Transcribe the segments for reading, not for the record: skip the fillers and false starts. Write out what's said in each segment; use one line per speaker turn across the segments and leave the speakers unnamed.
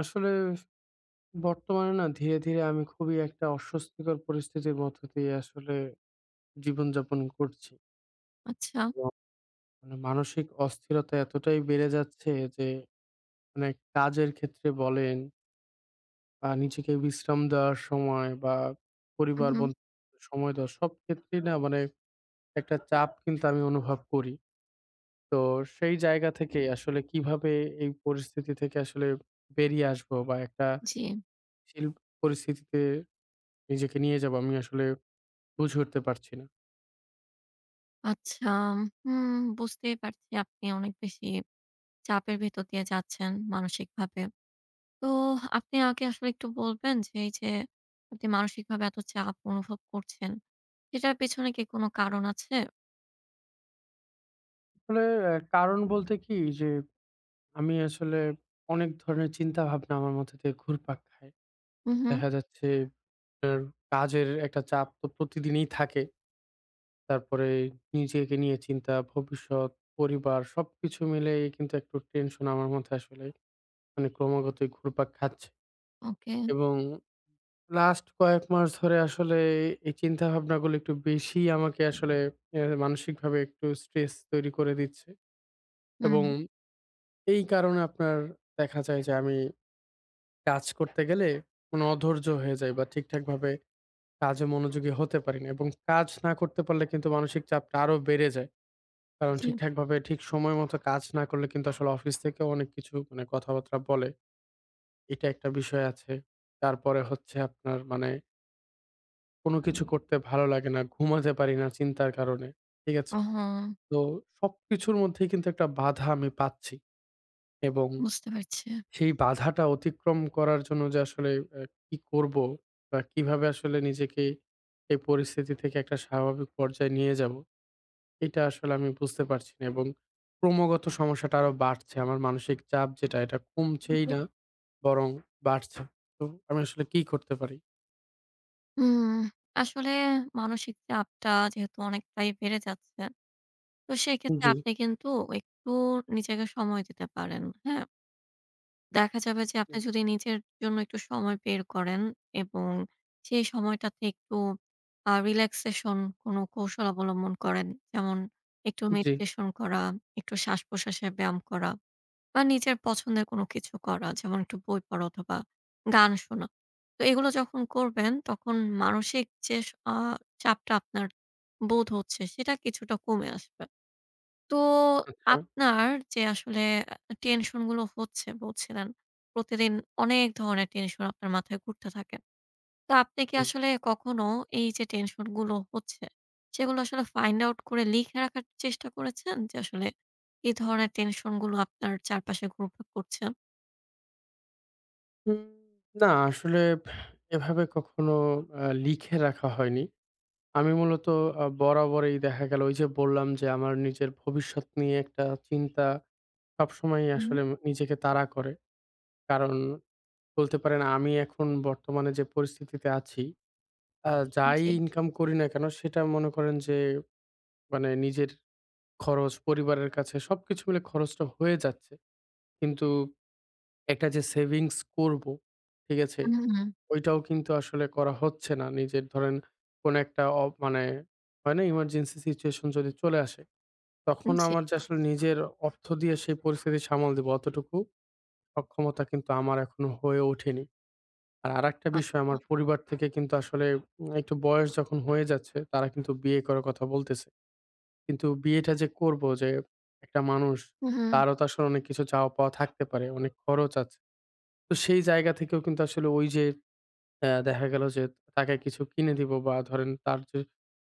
আসলে বর্তমানে না ধীরে, ধীরে আমি খুবই একটা অস্বস্তিকর পরিস্থিতির মধ্য দিয়ে আসলে জীবনযাপন করছি।
আচ্ছা।
এবং মানে মানসিক অস্থিরতা এতটাই বেড়ে যাচ্ছে যে মানে কাজের ক্ষেত্রে বলেন, বা নিজেকে বিশ্রাম দেওয়ার সময় বা
উম
পরিবার
হুম,
বন্ধুদের সময় দেওয়া সব ক্ষেত্রেই না মানে একটা চাপ কিন্তু আমি অনুভব করি। তো সেই জায়গা থেকে আসলে কিভাবে এই পরিস্থিতি থেকে আসলে বেরিয়ে আসবো বা একটা
জি।
শিল পরিস্থিতিতে নিজেকে নিয়ে যাবো আমি আসলে বুঝে উঠতে পারছি না।
আচ্ছা, হুম, বুঝতেই পারছি আপনি অনেক বেশি চাপের ভেতর দিয়ে যাচ্ছেন মানসিকভাবে। তো আপনি আমাকে আসলে একটু বলবেন যে এই যে আপনি মানসিকভাবে এত চাপ অনুভব করছেন, সেটার পেছনে কি কোনো কারণ আছে?
আসলে কারণ বলতে কি যে, আমি আসলে অনেক ধরনের চিন্তাভাবনা আমার মধ্যে থেকে ঘুরপাক খায়।
হুম, হুম,
দেখা যাচ্ছে আপনার কাজের একটা চাপ তো প্রতিদিনই থাকে। তারপরে নিজেকে নিয়ে চিন্তা, ভবিষ্যৎ, পরিবার সবকিছু মিলেই কিন্তু একটু টেনশন আমার মধ্যে আসলে মানে ক্রমাগতই ঘুরপাক খাচ্ছে।
ওকে।
এবং লাস্ট কয়েক মাস ধরে আসলে এই চিন্তাভাবনাগুলো একটু বেশিই আমাকে আসলে মানসিকভাবে একটু স্ট্রেস তৈরি করে দিচ্ছে।
হুম,
এবং এই কারণে আপনার দেখা যায় যে আমি কাজ করতে গেলে মানে অধৈর্য হয়ে যাই বা ঠিকঠাকভাবে কাজে মনোযোগী হতে পারি না, এবং কাজ না করতে পারলে কিন্তু মানসিক চাপটা আরো বেড়ে যায়। কারণ
জি।
ঠিকঠাকভাবে ঠিক সময় মতো কাজ না করলে কিন্তু আসলে অফিস থেকেও অনেক কিছু মানে কথাবার্তা বলে। এটা একটা বিষয় আছে। তারপরে হচ্ছে আপনার মানে কোনো কিছু করতে ভালো লাগে না, ঘুমাতে পারি না চিন্তার কারণে। ঠিক আছে?
ওহো!
তো সবকিছুর মধ্যেই কিন্তু একটা বাধা আমি পাচ্ছি, এবং
বুঝতে পারছি।
সেই বাধাটা অতিক্রম করার জন্য যে আসলে আ কি করব? বা কিভাবে আসলে নিজেকে এই পরিস্থিতি থেকে একটা স্বাভাবিক পর্যায়ে নিয়ে যাব? এটা আসলে আমি বুঝতে পারছি না, এবং ক্রমাগত সমস্যাটা আরো বাড়ছে। আমার মানসিক চাপ যেটা এটা কমছেই
জি।
না, বরং বাড়ছে। তো আমি আসলে কি করতে পারি?
হুম, আসলে মানসিক চাপটা যেহেতু অনেকটাই বেড়ে যাচ্ছে, তো সেক্ষেত্রে
জি।
আপনি কিন্তু একটু নিজেকে সময় দিতে পারেন। হ্যাঁ? দেখা যাবে যে আপনি
হুম।
যদি নিজের জন্য একটু সময় বের করেন এবং সেই সময়টাতে একটু রিল্যাক্সেশন কোনো কৌশল অবলম্বন করেন। যেমন একটু
জি।
মেডিটেশন করা, একটু শ্বাস-প্রশ্বাসের ব্যায়াম করা বা নিজের পছন্দের কোনো কিছু করা। যেমন একটু বই পড়া অথবা গান শোনা। তো এগুলো যখন করবেন তখন মানসিক যে স আ চাপটা আপনার বোধ হচ্ছে সেটা কিছুটা কমে আসবে। তো
আচ্ছা।
আপনার যে আসলে টেনশন গুলো হচ্ছে বলছিলেন। প্রতিদিন অনেক ধরনের টেনশন আপনার মাথায় ঘুরতে থাকে। তো আপনি কি
হুম।
আসলে কখনো এই যে টেনশন গুলো হচ্ছে, সেগুলো আসলে ফাইন্ড আউট করে লিখে রাখার চেষ্টা করেছেন? যে আসলে এই ধরনের টেনশন গুলো আপনার চারপাশে ঘুরপাক করছে?
উম না আসলে এভাবে কখনো লিখে রাখা হয়নি। আমি মূলত বরাবরই দেখা গেল ওই যে বললাম যে আমার নিজের ভবিষ্যৎ নিয়ে একটা চিন্তা সবসময়ই
হুম,
আসলে নিজেকে তাড়া করে। কারণ বলতে পারেন আমি এখন বর্তমানে যে পরিস্থিতিতে আছি, যাই
জি।
ইনকাম করি না কেন সেটা মনে করেন যে মানে নিজের খরচ, পরিবারের কাছে সবকিছু মিলে খরচটা হয়ে যাচ্ছে। কিন্তু একটা যে সেভিংস করব, ঠিক আছে?
হুম, হুম।
ওইটাও কিন্তু আসলে করা হচ্ছে না। নিজের ধরেন কোনো একটা মানে হয় না? ইমার্জেন্সি সিচুয়েশন যদি চলে আসে তখন
জি।
আমার যে আসলে নিজের অর্থ দিয়ে সেই পরিস্থিতি সামাল দিব অতটুকু সক্ষমতা কিন্তু আমার এখনো হয়ে ওঠেনি। আর আরেকটা বিষয়
আচ্ছা।
আমার পরিবার থেকে কিন্তু আসলে একটু বয়স যখন হয়ে যাচ্ছে তারা কিন্তু বিয়ে করার কথা বলতেছে। কিন্তু বিয়েটা যে করব, যে একটা মানুষ
হুম, হুম।
তারও তো আসলে অনেক কিছু চাওয়া পাওয়া থাকতে পারে, অনেক খরচ আছে। তো সেই জায়গা থেকেও কিন্তু আসলে ওই যে দেখা গেল যে তাকে কিছু কিনে দিব বা ধরেন তার যে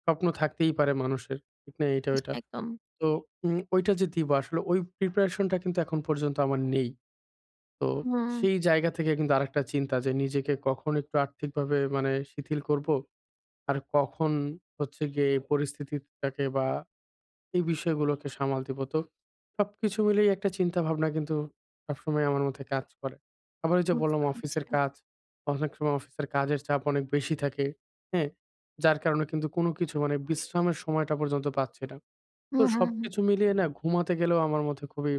স্বপ্ন থাকতেই পারে মানুষের, ঠিক না? এটা
জি,
ওইটা।
একদম।
তো ওইটা যে দিব আসলে ওই প্রিপারেশন টা কিন্তু এখন পর্যন্ত আমার নেই। তো
হুম,
সেই জায়গা থেকে কিন্তু আরেকটা চিন্তা, যে নিজেকে কখন একটু আর্থিকভাবে মানে শিথিল করব, আর কখন হচ্ছে গিয়ে এই পরিস্থিতিটাকে বা এই বিষয়গুলোকে সামাল দিব। তো সবকিছু মিলেই একটা চিন্তা ভাবনা কিন্তু সবসময় আমার মধ্যে কাজ করে। আবার ওই যে
বুঝতে
বললাম
পারছি।
অফিসের কাজ, অনেক সময় অফিসের কাজের চাপ অনেক বেশি থাকে। হ্যাঁ? যার কারণে কিন্তু কোনো কিছু মানে বিশ্রামের সময়টা পর্যন্ত পাচ্ছি না। তো
হুম, হুম,
সবকিছু
হুম।
মিলিয়ে না ঘুমাতে গেলেও আমার মধ্যে খুবই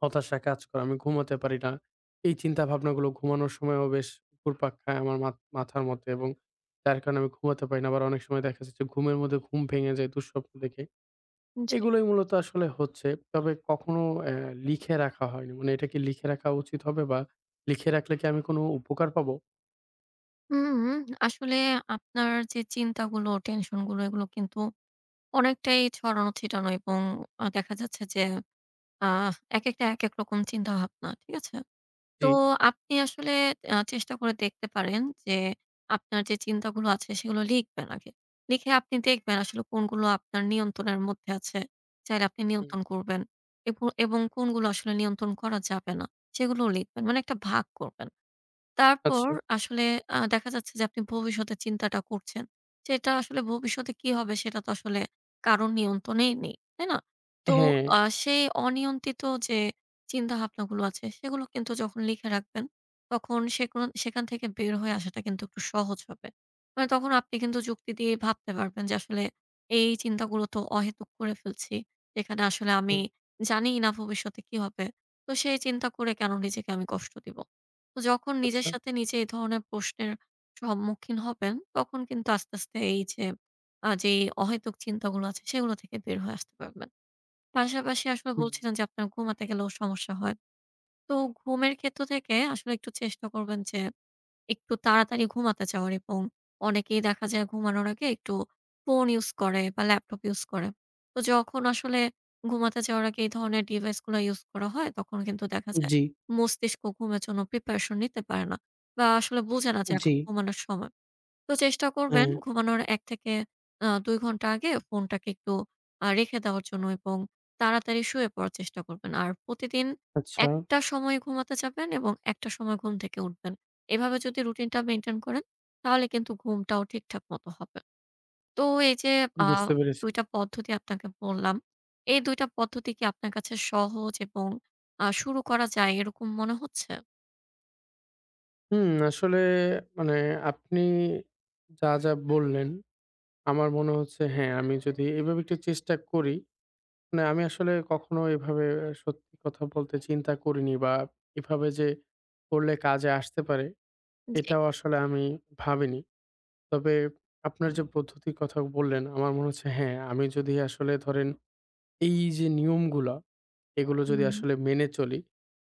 হতাশা কাজ করে। আমি ঘুমাতে পারি না। এই চিন্তা ভাবনাগুলো ঘুমানোর সময়ও বেশ ঘুরপাক খায় আমার মাথার মধ্যে, এবং যার কারণে আমি ঘুমাতে পারি না। আবার অনেক সময় দেখা যাচ্ছে ঘুমের মধ্যে ঘুম ভেঙে যায় দুঃস্বপ্ন দেখে।
জি।
এগুলোই মূলত আসলে হচ্ছে। তবে কখনো লিখে রাখা হয়নি। মানে এটা কি লিখে রাখা উচিত হবে বা লিখে রাখলে কি আমি কোনো উপকার পাবো?
হুম, আসলে আপনার যে চিন্তাগুলো, টেনশনগুলো এগুলো কিন্তু অনেকটাই ছড়ানো-ছিটানো এবং দেখা যাচ্ছে যে আ একেকটা একেক রকম চিন্তাভাবনা। ঠিক আছে? তো
জি।
আপনি আসলে চেষ্টা করে দেখতে পারেন যে আপনার যে চিন্তাগুলো আছে সেগুলো লিখবেন আগে। লিখে আপনি দেখবেন আসলে কোনগুলো আপনার নিয়ন্ত্রণের মধ্যে আছে। চাইলে আপনি
হুম।
নিয়ন্ত্রণ করবেন। এব এবং কোনগুলো আসলে নিয়ন্ত্রণ করা যাবে না সেগুলোও লিখবেন। মানে একটা ভাগ করবেন। তারপর
আচ্ছা।
আসলে দেখা যাচ্ছে যে আপনি ভবিষ্যতের চিন্তাটা করছেন। সেটা আসলে ভবিষ্যতে কি হবে সেটা তো আসলে কারো নিয়ন্ত্রণেই নেই। তাই না? তো
হ্যাঁ।
সেই অনিয়ন্ত্রিত যে চিন্তাভাবনাগুলো আছে সেগুলো কিন্তু যখন লিখে রাখবেন, তখন সেখান থেকে বের হয়ে আসাটা কিন্তু একটু সহজ হবে। মানে তখন আপনি কিন্তু যুক্তি দিয়ে ভাবতে পারবেন যে আসলে এই চিন্তাগুলো তো অহেতুক করে ফেলছি। এখানে আসলে আমি
হুম।
জানিই না ভবিষ্যতে কি হবে। তো সেই চিন্তা করে কেন নিজেকে আমি কষ্ট দিব? তো যখন নিজের
আচ্ছা।
সাথে নিজে এই ধরনের প্রশ্নের সম্মুখীন হবেন, তখন কিন্তু আস্তে, আস্তে এই যে যেই অহেতুক চিন্তাগুলো আছে সেগুলো থেকে বের হয়ে আসতে পারবেন। পাশাপাশি আসলে
হুম।
বলছিলেন যে আপনার ঘুমাতে গেলেও সমস্যা হয়। তো ঘুমের ক্ষেত্র থেকে আসলে একটু চেষ্টা করবেন যে একটু তাড়াতাড়ি ঘুমাতে চাওয়ার এবং অনেকেই দেখা যায় ঘুমানোর আগে একটু ফোন ইউজ করে বা ল্যাপটপ ইউজ করে। তো যখন আসলে ঘুমাতে যাওয়ার আগে এই ধরনের ডিভাইসগুলো ইউজ করা হয়, তখন কিন্তু দেখা যায়
জি,
মস্তিষ্ক ঘুমের জন্য প্রিপারেশন নিতে পারে না বা আসলে বোঝে না যে এখন
জি।
ঘুমানোর সময়। তো চেষ্টা করবেন
হ্যাঁ।
ঘুমানোর ১ থেকে ২ ঘন্টা আগে ফোনটাকে একটু রেখে দেওয়ার জন্য এবং তাড়াতাড়ি শুয়ে পড়ার চেষ্টা করবেন। আর প্রতিদিন
আচ্ছা।
একটা সময় ঘুমাতে যাবেন এবং একটা সময় ঘুম থেকে উঠবেন। এভাবে যদি রুটিনটা মেইনটেইন করেন তাহলে কিন্তু ঘুমটাও ঠিকঠাক মতো হবে। তো এই যে আ
বুঝতে পেরেছি।
২ টা পদ্ধতি আপনাকে বললাম, এই ২ টা পদ্ধতি কি আপনার কাছে সহজ এবং শুরু করা যায় এরকম মনে হচ্ছে?
হুম, আসলে মানে আপনি যা, যা বললেন আমার মনে হচ্ছে হ্যাঁ, আমি যদি এভাবে একটু চেষ্টা করি, মানে আমি আসলে কখনো এভাবে সত্যি কথা বলতে চিন্তা করিনি বা এভাবে যে করলে কাজে আসতে পারে
জি।
এটাও আসলে আমি ভাবিনি। তবে আপনার যে পদ্ধতির কথা বললেন আমার মনে হচ্ছে হ্যাঁ, আমি যদি আসলে ধরেন এই যে নিয়মগুলা এগুলো যদি আসলে
হুম।
মেনে চলি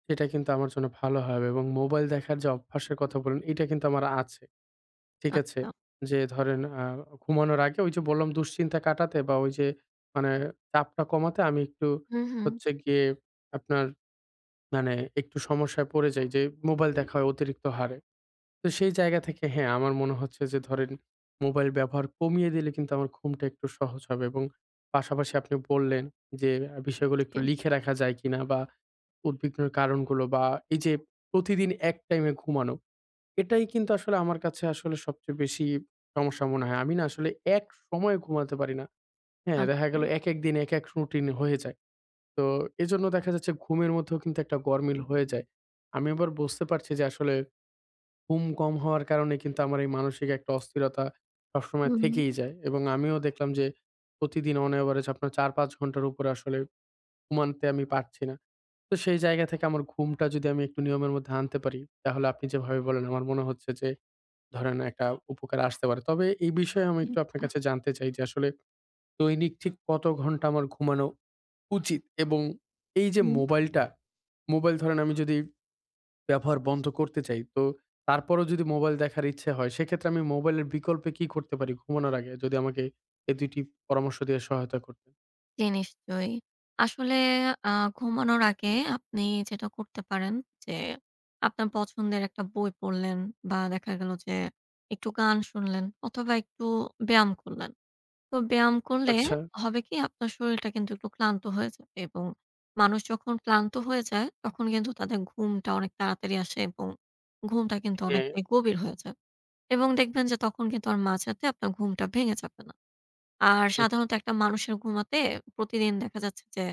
সেটা কিন্তু আমার জন্য ভালো হবে, এবং মোবাইল দেখার যে অভ্যাসের কথা বললেন এটা কিন্তু আমার আছে। ঠিক আছে?
আচ্ছা।
যে ধরেন ঘুমানোর আগে ওই যে বললাম দুশ্চিন্তা কাটাতে বা ওই যে মানে চাপটা কমাতে আমি একটু
হুম, হুম।
হচ্ছে গিয়ে আপনার মানে একটু সমস্যায় পড়ে যাই, যে মোবাইল দেখা হয় অতিরিক্ত হারে। তো সেই জায়গা থেকে হ্যাঁ, আমার মনে হচ্ছে যে ধরেন মোবাইল ব্যবহার কমিয়ে দিলে কিন্তু আমার ঘুমটা একটু সহজ হবে, এবং পাশাপাশি আপনি বললেন যে বিষয়গুলো একটু
জি।
লিখে রাখা যায় কিনা বা উদ্বিগ্নের কারণগুলো বা এই যে প্রতিদিন এক টাইমে ঘুমানো, এটাই কিন্তু আসলে আমার কাছে আসলে সবচেয়ে বেশি সমস্যা মনে হয়। আমি না আসলে এক সময়ে ঘুমাতে পারি না। হ্যাঁ, দেখা
আচ্ছা।
গেল একেক দিন এক, এক রুটিন হয়ে যায়। তো এজন্য দেখা যাচ্ছে ঘুমের মধ্যেও কিন্তু একটা গরমিল হয়ে যায়। আমি আবার বুঝতে পারছি যে আসলে ঘুম কম হওয়ার কারণে কিন্তু আমার এই মানসিক একটা অস্থিরতা সবসময়
হুম।
থেকেই যায়। এবং আমিও দেখলাম যে প্রতিদিন অন এভারেজ আপনার ৪-৫ ঘন্টার উপরে আসলে ঘুমানতে আমি পারছি না। তো সেই জায়গা থেকে আমার ঘুমটা যদি আমি একটু নিয়মের মধ্যে আনতে পারি, তাহলে আপনি যেভাবে বললেন আমার মনে হচ্ছে যে ধরেন একটা উপকারে আসতে পারে। তবে এই বিষয়ে আমি
হুম,
একটু আপনার কাছে জানতে চাই যে আসলে দৈনিক ঠিক কত ঘন্টা আমার ঘুমানো উচিত? এবং এই যে মোবাইলটা, মোবাইল ধরেন আমি যদি ব্যবহার বন্ধ করতে চাই, তো তারপরেও যদি মোবাইল দেখার ইচ্ছে হয়, সেক্ষেত্রে আমি মোবাইলের বিকল্পে কি করতে পারি ঘুমানোর আগে? যদি আমাকে এই ২টি পরামর্শ দিয়ে সহায়তা করতেন।
জি নিশ্চয়ই। আসলে আ ঘুমানোর আগে আপনি যেটা করতে পারেন যে, আপনার পছন্দের একটা বই পড়লেন বা দেখা গেল যে, একটু গান শুনলেন অথবা একটু ব্যায়াম করলেন। তো ব্যায়াম করলে
আচ্ছা।
হবে কি আপনার শরীরটা কিন্তু একটু ক্লান্ত হয়ে যাবে এবং মানুষ যখন ক্লান্ত হয়ে যায় তখন কিন্তু তাদের ঘুমটা অনেক তাড়াতাড়ি আসে এবং ঘুমটা কিন্তু
হ্যাঁ।
অনেকটাই গভীর হয়ে যায় এবং দেখবেন যে, তখন কিন্তু আর মাঝরাতে আপনার ঘুমটা ভেঙে যাবে না। আর
আচ্ছা।
সাধারণত একটা মানুষের ঘুমাতে প্রতিদিন দেখা যাচ্ছে যে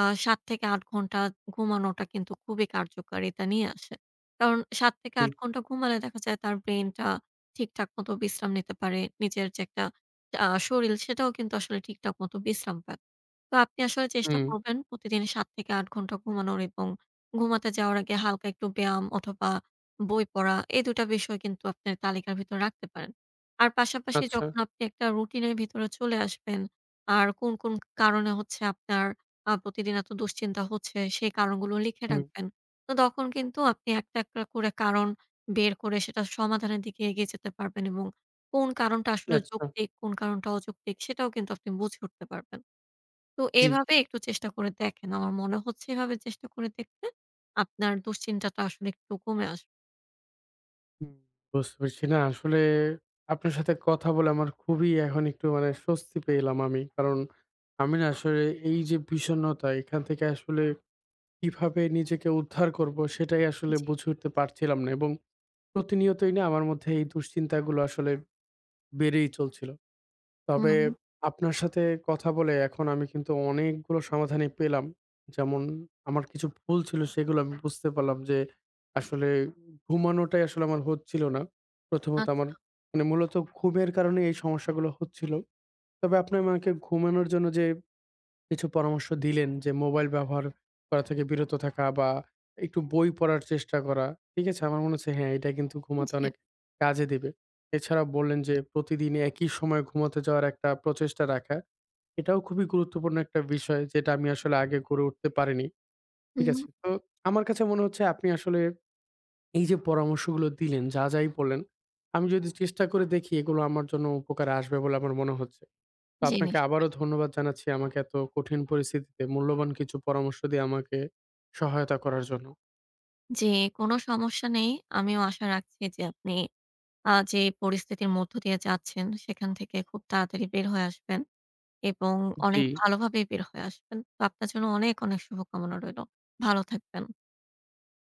৭ থেকে ৮ ঘন্টা ঘুমানোটা কিন্তু খুবই কার্যকারিতা নিয়ে আসে। কারণ ৭ থেকে ৮ ঘন্টা ঘুমালে দেখা যায় তার ব্রেইনটা ঠিকঠাক মতো বিশ্রাম নিতে পারে। নিজের যে একটা শরীর সেটাও কিন্তু আসলে ঠিকঠাক মতো বিশ্রাম পায়। তো আপনি আসলে চেষ্টা
হুম।
করবেন প্রতিদিন ৭ থেকে ৮ ঘন্টা ঘুমানোর এবং ঘুমাতে যাওয়ার আগে হালকা একটু ব্যায়াম অথবা বই পড়া এই ২ টা বিষয় কিন্তু আপনার তালিকার ভিতর রাখতে পারেন। আর পাশাপাশি
আচ্ছা।
যখন আপনি একটা রুটিনের ভিতরে চলে আসবেন, আর কোন, কোন কারণে হচ্ছে আপনার প্রতিদিন এত দুশ্চিন্তা হচ্ছে, সেই কারণগুলো লিখে
হুম।
রাখবেন। তো তখন কিন্তু আপনি একটা, একটা করে কারণ বের করে সেটা সমাধানের দিকে এগিয়ে যেতে পারবেন এবং কোন কারণটা আসলে
আচ্ছা।
যৌক্তিক, কোন কারণটা অযৌক্তিক সেটাও কিন্তু আপনি বুঝে উঠতে পারবেন। তো
জি।
এভাবে একটু চেষ্টা করে দেখেন। আমার মনে হচ্ছে এভাবে চেষ্টা করে দেখলে আপনার দুশ্চিন্তাটা আসলে একটু কমে আসবে।
হুম, বুঝতে পারছি। না আসলে আপনার সাথে কথা বলে আমার খুবই এখন একটু মানে স্বস্তি পেলাম আমি। কারণ আমি না আসলে এই যে বিষণ্ণতা এখান থেকে আসলে কিভাবে নিজেকে উদ্ধার করব সেটাই আসলে
জি।
বুঝে উঠতে পারছিলাম না। এবং প্রতিনিয়তই না আমার মধ্যে এই দুশ্চিন্তাগুলো আসলে বেড়েই চলছিল। তবে
হুম,
আপনার সাথে কথা বলে এখন আমি কিন্তু অনেকগুলো সমাধানই পেলাম। যেমন আমার কিছু ভুল ছিল সেগুলো আমি বুঝতে পারলাম যে আসলে ঘুমানোটাই আসলে আমার হচ্ছিল না। প্রথমত আমার
আচ্ছা।
মানে মূলত ঘুমের কারণে এই সমস্যাগুলো হচ্ছিল। তবে আপনি আমাকে ঘুমানোর জন্য যে কিছু পরামর্শ দিলেন, যে মোবাইল ব্যবহার করা থেকে বিরত থাকা বা একটু বই পড়ার চেষ্টা করা। ঠিক আছে? আমার মনে হচ্ছে হ্যাঁ, এটা কিন্তু ঘুমাতে
জি।
অনেক কাজে দিবে। এছাড়া বললেন যে প্রতিদিন একই সময়ে ঘুমাতে যাওয়ার একটা প্রচেষ্টা রাখা। এটাও খুবই গুরুত্বপূর্ণ একটা বিষয় যেটা আমি আসলে আগে করে উঠতে পারিনি। ঠিক
হুম,
আছে? তো আমার কাছে মনে হচ্ছে আপনি আসলে এই যে পরামর্শগুলো দিলেন যা, যাই বললেন, আমি যদি চেষ্টা করে দেখি এগুলো আমার জন্য উপকারে আসবে বলে আমার মনে হচ্ছে। তো
জি
আপনাকে
নিশ্চয়ই।
আবারও ধন্যবাদ জানাচ্ছি আমাকে এত কঠিন পরিস্থিতিতে মূল্যবান কিছু পরামর্শ দিয়ে আমাকে সহায়তা করার জন্য।
জি, কোনো সমস্যা নেই। আমিও আশা রাখছি যে আপনি যে পরিস্থিতির মধ্য দিয়ে যাচ্ছেন সেখান থেকে খুব তাড়াতাড়ি বের হয়ে আসবেন এবং
জি।
অনেক ভালোভাবেই বের হয়ে আসবেন। তো আপনার জন্য অনেক, অনেক শুভকামনা রইলো। ভালো থাকবেন।